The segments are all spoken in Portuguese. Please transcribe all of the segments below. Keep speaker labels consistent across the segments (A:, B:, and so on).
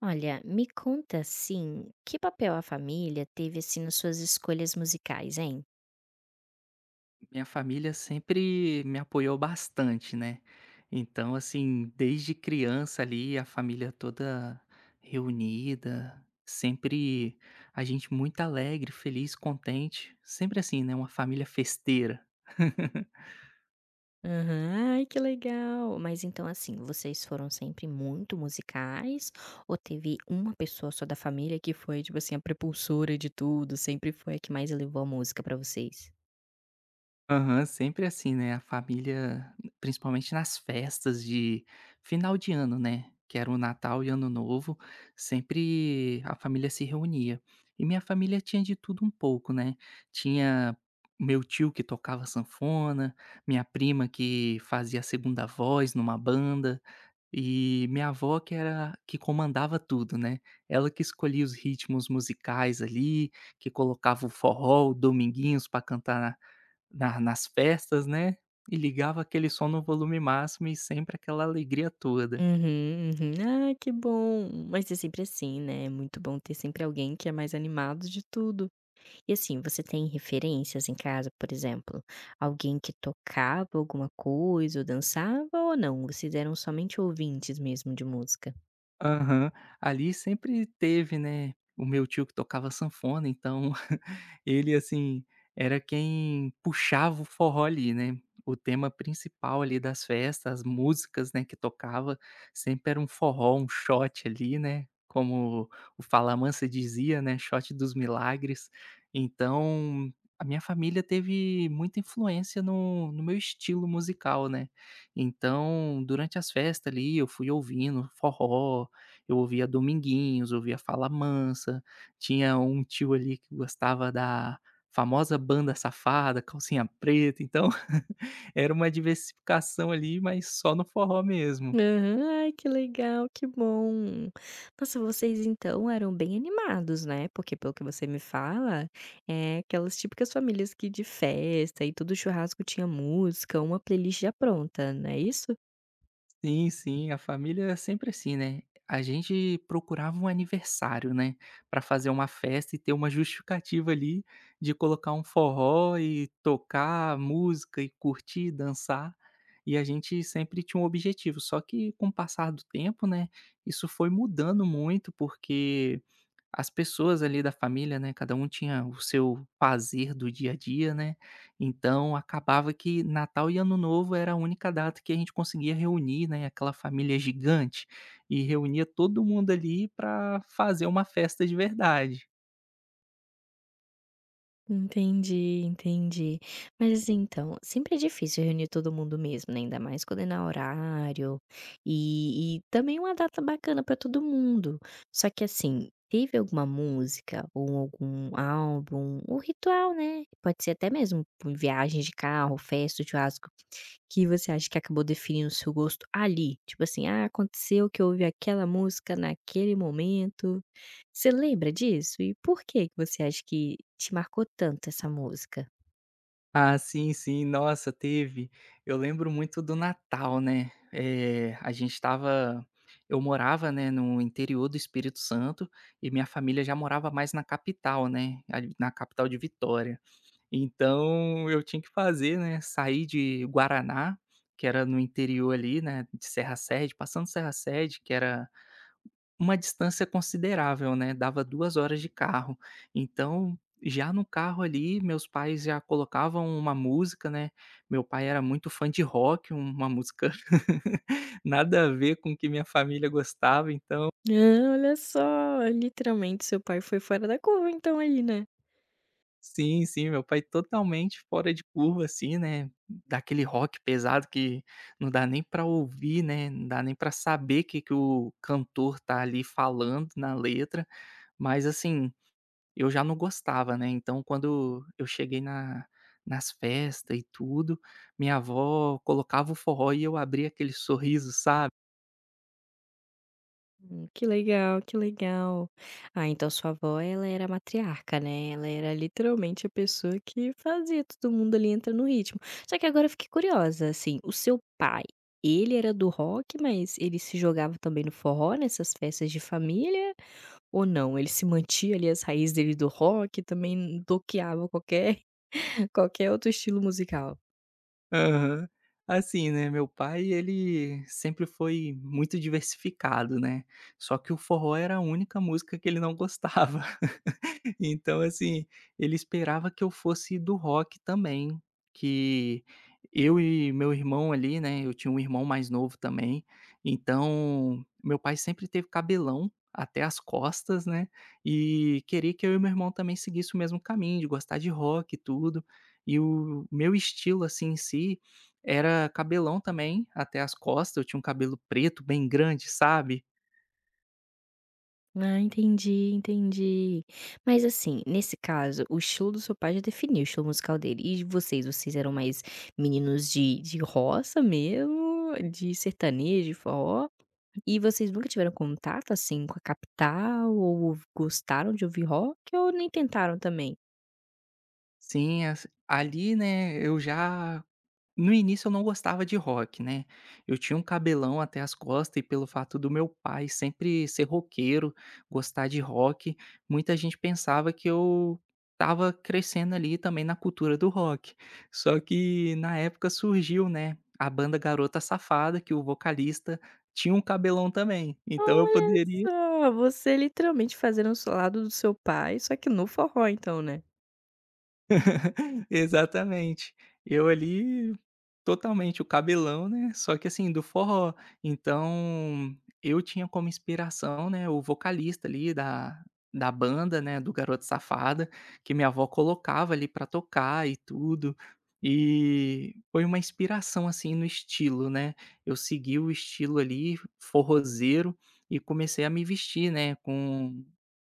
A: Olha, me conta assim, que papel a família teve assim nas suas escolhas musicais, hein?
B: Minha família sempre me apoiou bastante, né. Então, assim, desde criança ali, a família toda reunida, sempre a gente muito alegre, feliz, contente, sempre assim, né, uma família festeira.
A: Aham, ai que legal! Mas então assim, vocês foram sempre muito musicais ou teve uma pessoa só da família que foi, tipo assim, a prepulsora de tudo, sempre foi a que mais levou a música pra vocês?
B: Aham, sempre assim, né, a família, principalmente nas festas de final de ano, né, que era o Natal e Ano Novo, sempre a família se reunia. E minha família tinha de tudo um pouco, né, tinha meu tio que tocava sanfona, minha prima que fazia a segunda voz numa banda, e minha avó que era que comandava tudo, né. Ela que escolhia os ritmos musicais ali, que colocava o forró, o Dominguinhos pra cantar na nas festas, né, e ligava aquele som no volume máximo e sempre aquela alegria toda.
A: Uhum, uhum. Ah, que bom! Mas é sempre assim, né? É muito bom ter sempre alguém que é mais animado de tudo. E assim, você tem referências em casa, por exemplo, alguém que tocava alguma coisa ou dançava ou não? Vocês eram somente ouvintes mesmo de música?
B: Aham. Ali sempre teve, né, o meu tio que tocava sanfona, então ele, assim, era quem puxava o forró ali, né. O tema principal ali das festas, as músicas, né, que tocava, sempre era um forró, um shot ali, né, como o Falamansa dizia, né, "shot dos milagres". Então, a minha família teve muita influência no meu estilo musical, né. Então, durante as festas ali, eu fui ouvindo forró, eu ouvia Dominguinhos, ouvia Falamansa, tinha um tio ali que gostava da famosa Banda Safada, Calcinha Preta, então era uma diversificação ali, mas só no forró mesmo.
A: Aham, ai que legal, que bom. Nossa, vocês então eram bem animados, né? Porque pelo que você me fala, é aquelas típicas famílias que de festa e todo churrasco tinha música, uma playlist já pronta, não é isso?
B: Sim, sim, a família é sempre assim, né. A gente procurava um aniversário, né, pra fazer uma festa e ter uma justificativa ali de colocar um forró e tocar música e curtir, dançar, e a gente sempre tinha um objetivo. Só que com o passar do tempo, né, isso foi mudando muito, porque as pessoas ali da família, né, cada um tinha o seu fazer do dia a dia, né, então acabava que Natal e Ano Novo era a única data que a gente conseguia reunir, né, aquela família gigante, e reunia todo mundo ali para fazer uma festa de verdade.
A: Entendi, entendi. Mas assim, então, sempre é difícil reunir todo mundo mesmo, né? Ainda mais coordenar horário e também uma data bacana para todo mundo. Só que assim, teve alguma música ou algum álbum, um ritual, né? Pode ser até mesmo por viagem de carro, festa, churrasco, que você acha que acabou definindo o seu gosto ali. Tipo assim, ah, aconteceu que eu ouvi aquela música naquele momento. Você lembra disso? E por que que você acha que te marcou tanto essa música?
B: Ah, sim, sim, nossa, teve. Eu lembro muito do Natal, né, a gente estava eu morava, né, no interior do Espírito Santo, e minha família já morava mais na capital, né, ali na capital de Vitória. Então eu tinha que fazer, né, sair de Guaraná, que era no interior ali, né, de Serra Sede, passando Serra Sede, que era uma distância considerável, né, dava 2 horas de carro. Então, já no carro ali, meus pais já colocavam uma música, né, meu pai era muito fã de rock, uma música nada a ver com o que minha família gostava, então
A: Ah, olha só, literalmente seu pai foi fora da curva então aí, né.
B: sim, sim, meu pai totalmente fora de curva, assim, né, daquele rock pesado que não dá nem pra ouvir, né, não dá nem pra saber o que que o cantor tá ali falando na letra, mas assim, eu já não gostava, né, então quando eu cheguei na nas festas e tudo, minha avó colocava o forró e eu abria aquele sorriso, sabe.
A: Hum. Que legal, que legal. Ah, então sua avó ela era matriarca, né, ela era literalmente a pessoa que fazia todo mundo ali entrar no ritmo. Só que agora eu fiquei curiosa, assim, o seu pai, ele era do rock, mas ele se jogava também no forró nessas festas de família? Ou não, ele se mantia ali as raízes dele do rock também bloqueava qualquer qualquer outro estilo musical?
B: Aham. Assim, né, meu pai ele sempre foi muito diversificado, né, só que o forró era a única música que ele não gostava. Então, assim, ele esperava que eu fosse do rock também, que eu e meu irmão ali, né, eu tinha um irmão mais novo também, então meu pai sempre teve cabelão até as costas, né, e queria que eu e meu irmão também seguisse o mesmo caminho, de gostar de rock e tudo. E o meu estilo, assim, em si, era cabelão também até as costas, eu tinha um cabelo preto bem grande, sabe.
A: Ah, entendi, entendi. Mas assim, nesse caso, o estilo do seu pai já definiu o estilo musical dele. E de vocês, vocês eram mais meninos de roça mesmo, de sertanejo, de forró? E vocês nunca tiveram contato, assim, com a capital ou gostaram de ouvir rock ou nem tentaram também?
B: Sim, as ali, né, eu já no início eu não gostava de rock, né, eu tinha um cabelão até as costas e pelo fato do meu pai sempre ser roqueiro, gostar de rock, muita gente pensava que eu estava crescendo ali também na cultura do rock. Só que na época surgiu, né, a banda Garota Safada que o vocalista tinha um cabelão também, então eu
A: Olha
B: poderia
A: só, você literalmente fazendo o lado do seu pai, só que no forró então, né?
B: exatamente. Eu ali, totalmente o cabelão, né, só que assim, do forró. Então, eu tinha como inspiração, né, o vocalista ali da banda, né, do Garoto Safada, que minha avó colocava ali pra tocar e tudo. E foi uma inspiração, assim, no estilo, né. Eu segui o estilo ali forrozeiro e comecei a me vestir, né, com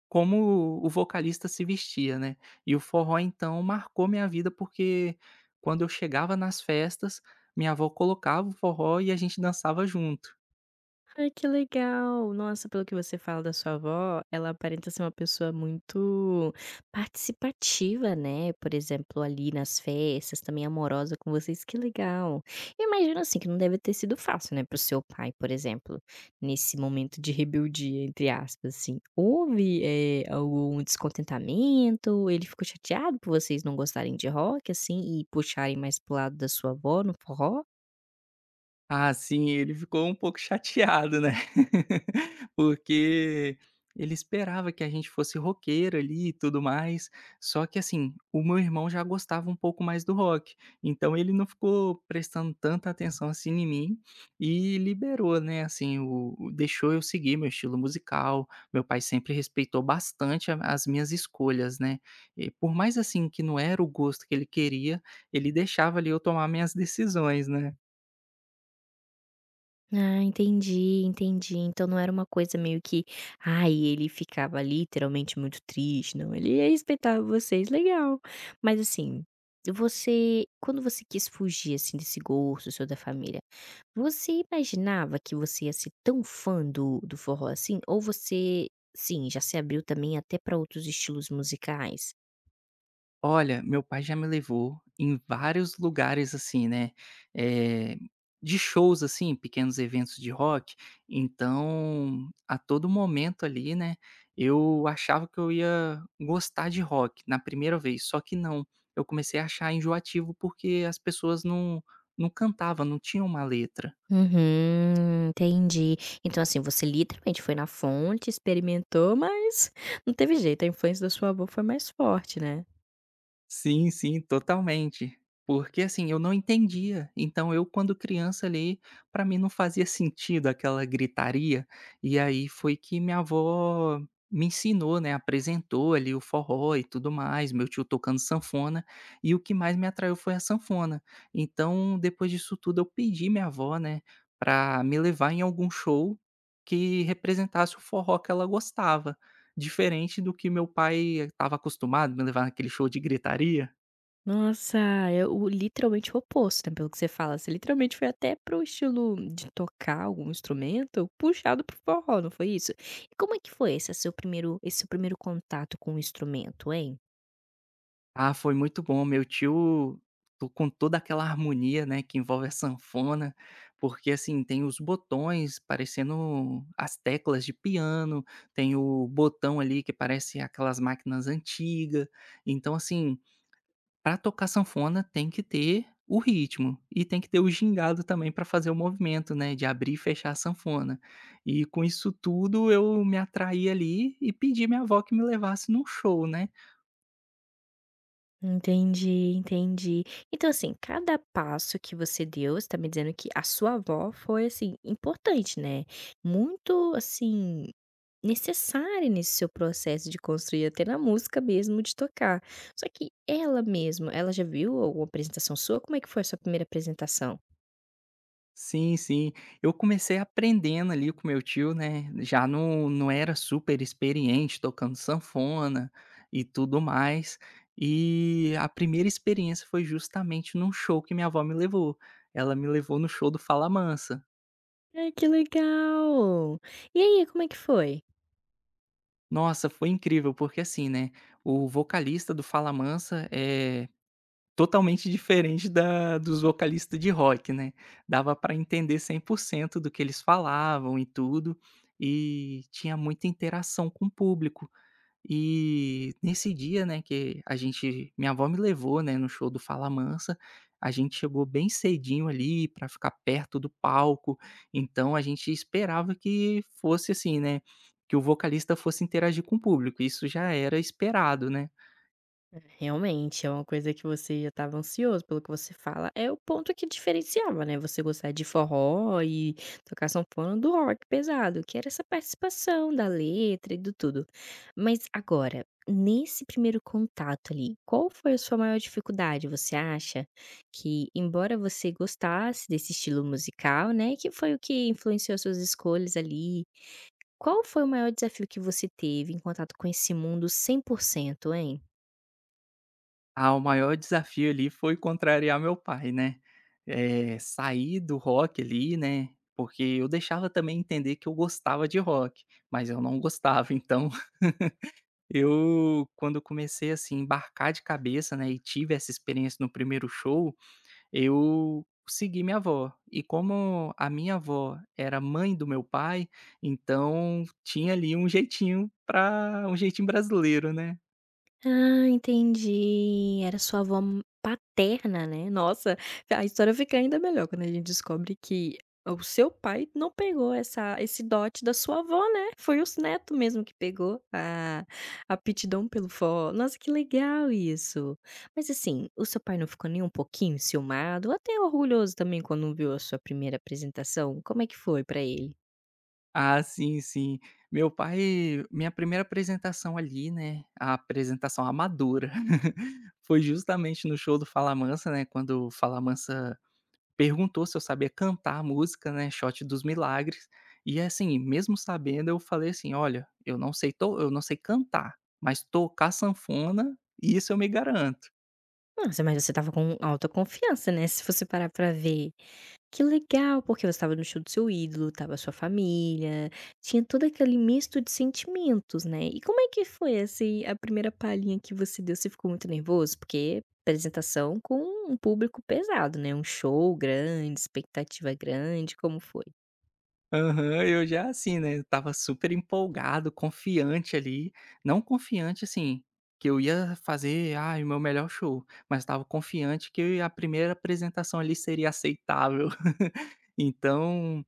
B: como o vocalista se vestia, né. E o forró então marcou minha vida, porque quando eu chegava nas festas, minha avó colocava o forró e a gente dançava junto.
A: Ai, que legal! Nossa, pelo que você fala da sua avó, ela aparenta ser uma pessoa muito participativa, né, por exemplo, ali nas festas, também amorosa com vocês, que legal. Eu imagino, assim, que não deve ter sido fácil, né, para o seu pai, por exemplo, nesse momento de rebeldia, entre aspas, assim. Houve, algum descontentamento? Ele ficou chateado por vocês não gostarem de rock, assim, e puxarem mais pro lado da sua avó no forró?
B: Ah, sim, ele ficou um pouco chateado, né, porque ele esperava que a gente fosse roqueiro ali e tudo mais, só que assim, o meu irmão já gostava um pouco mais do rock, então ele não ficou prestando tanta atenção assim em mim, e liberou, né, assim, o deixou eu seguir meu estilo musical, meu pai sempre respeitou bastante a as minhas escolhas, né, e por mais assim que não era o gosto que ele queria, ele deixava ali eu tomar minhas decisões, né.
A: Ah, entendi, entendi. Então não era uma coisa meio que, ai, ele ficava literalmente muito triste, não. Ele respeitava vocês, legal. Mas assim, você, quando você quis fugir assim desse gosto seu da família, você imaginava que você ia ser tão fã do forró assim? Ou você, sim, já se abriu também até para outros estilos musicais?
B: Olha, meu pai já me levou em vários lugares assim, né, eh, de shows, assim, pequenos eventos de rock, então a todo momento ali, né, eu achava que eu ia gostar de rock na primeira vez, só que não, eu comecei a achar enjoativo porque as pessoas não cantavam, não tinham uma letra.
A: Uhum, entendi. Então, assim, você literalmente foi na fonte, experimentou, mas não teve jeito, a influência da sua avó foi mais forte, né.
B: Sim, sim, totalmente. Porque assim, eu não entendia. Então eu, quando criança ali, pra mim não fazia sentido aquela gritaria. E aí foi que minha avó me ensinou, né, apresentou ali o forró e tudo mais, meu tio tocando sanfona, e o que mais me atraiu foi a sanfona. Então, depois disso tudo, eu pedi minha avó, né, pra me levar em algum show que representasse o forró que ela gostava. Diferente do que meu pai estava acostumado, me levar naquele show de gritaria.
A: Nossa, é o literalmente o oposto, né, pelo que você fala, você literalmente foi até para o estilo de tocar algum instrumento puxado pro forró, não foi isso? E como é que foi esse seu primeiro contato com o instrumento, hein?
B: Ah, foi muito bom, meu tio com toda aquela harmonia, né, que envolve a sanfona, porque, assim, tem os botões parecendo as teclas de piano, tem o botão ali que parece aquelas máquinas antigas. Então, assim, para tocar sanfona tem que ter o ritmo e tem que ter o gingado também para fazer o movimento, né, de abrir e fechar a sanfona. E com isso tudo eu me atraí ali e pedi minha avó que me levasse num show, né.
A: Entendi, entendi. Então, assim, cada passo que você deu, você tá me dizendo que a sua avó foi, assim, importante, né? Muito, assim, necessária nesse seu processo de construir, até na música mesmo, de tocar. Só que ela mesma, ela já viu alguma apresentação sua? Como é que foi a sua primeira apresentação?
B: Sim, sim. Eu comecei aprendendo ali com meu tio, né, já não era super experiente tocando sanfona e tudo mais. E a primeira experiência foi justamente num show que minha avó me levou. Ela me levou no show do Fala Mansa.
A: Ai, que legal! E aí, como é que foi?
B: Nossa, foi incrível, porque assim, né, o vocalista do Fala Mansa é totalmente diferente da dos vocalistas de rock, né. Dava pra entender 100% do que eles falavam e tudo, e tinha muita interação com o público. E nesse dia, né, que a gente minha avó me levou, né, no show do Fala Mansa, a gente chegou bem cedinho ali para ficar perto do palco, então a gente esperava que fosse assim, né, que o vocalista fosse interagir com o público, isso já era esperado, né.
A: Realmente, é uma coisa que você já estava ansioso, pelo que você fala, é o ponto que diferenciava, né, você gostar de forró e tocar sanfona do rock pesado, que era essa participação da letra e do tudo. Mas agora, nesse primeiro contato ali, qual foi a sua maior dificuldade? Você acha que, embora você gostasse desse estilo musical, né, que foi o que influenciou suas escolhas ali, qual foi o maior desafio que você teve em contato com esse mundo 100%, hein?
B: Ah, o maior desafio ali foi contrariar meu pai, né, sair do rock ali, né, porque eu deixava também entender que eu gostava de rock, mas eu não gostava, então eu, quando eu comecei, assim, embarcar de cabeça, né, e tive essa experiência no primeiro show, eu segui minha avó. E como a minha avó era mãe do meu pai, então tinha ali um jeitinho para um jeitinho brasileiro, né.
A: Ah, entendi. Era sua avó m paterna, né. Nossa, a história fica ainda melhor quando a gente descobre que o seu pai não pegou essa esse dote da sua avó, né. Foi os neto mesmo que pegou a aptidão pelo fó nossa, que legal isso. Mas, assim, o seu pai não ficou nem um pouquinho ciumado ou até orgulhoso também quando viu a sua primeira apresentação? Como é que foi pra ele?
B: Ah, sim, sim. Meu pai minha primeira apresentação ali, né, a apresentação amadora, foi justamente no show do Fala Mansa, né, quando o Fala Mansa perguntou se eu sabia cantar a música, né, Shot dos Milagres, e assim, mesmo sabendo eu falei assim: "Olha, eu não sei cantar, mas tocar sanfona, isso eu me garanto".
A: Nossa, mas você estava com alta confiança, né, se você parar pra ver. Que legal, porque você estava no show do seu ídolo, estava sua família, tinha todo aquele misto de sentimentos, né. E como é que foi, assim, a primeira palhinha que você deu? Você ficou muito nervoso? Porque apresentação com um público pesado, né, um show grande, expectativa grande, como foi?
B: Aham, eu já assim, né, estava super empolgado, confiante ali, não confiante assim, que eu ia fazer, ai, o meu melhor show, mas estava confiante que a primeira apresentação ali seria aceitável. Então,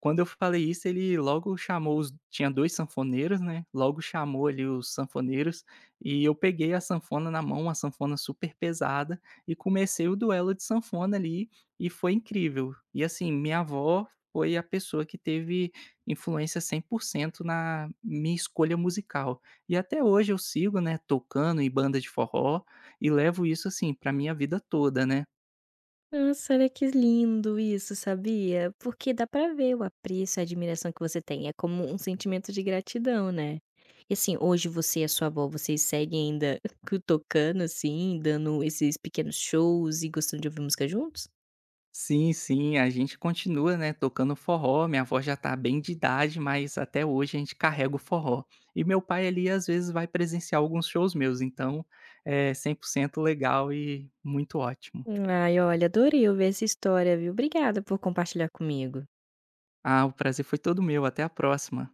B: quando eu falei isso, ele logo chamou os tinha 2 sanfoneiros, né, logo chamou ali os sanfoneiros, e eu peguei a sanfona na mão, uma sanfona super pesada, e comecei o duelo de sanfona ali, e foi incrível. E assim, minha avó foi a pessoa que teve influência 100% na minha escolha musical. E até hoje eu sigo, né, tocando em banda de forró, e levo isso, assim, pra minha vida toda, né.
A: Nossa, olha que lindo isso, sabia? Porque dá pra ver o apreço, a admiração que você tem. É como um sentimento de gratidão, né. E assim, hoje você e a sua avó, vocês seguem ainda tocando, assim, dando esses pequenos shows e gostando de ouvir música juntos?
B: Sim, sim, a gente continua, né, tocando forró, minha avó já tá bem de idade, mas até hoje a gente carrega o forró. E meu pai ali às vezes vai presenciar alguns shows meus, então é 100% legal e muito ótimo.
A: Ai, olha, adorei ouvir essa história, viu. Obrigada por compartilhar comigo.
B: Ah, o prazer foi todo meu, até a próxima.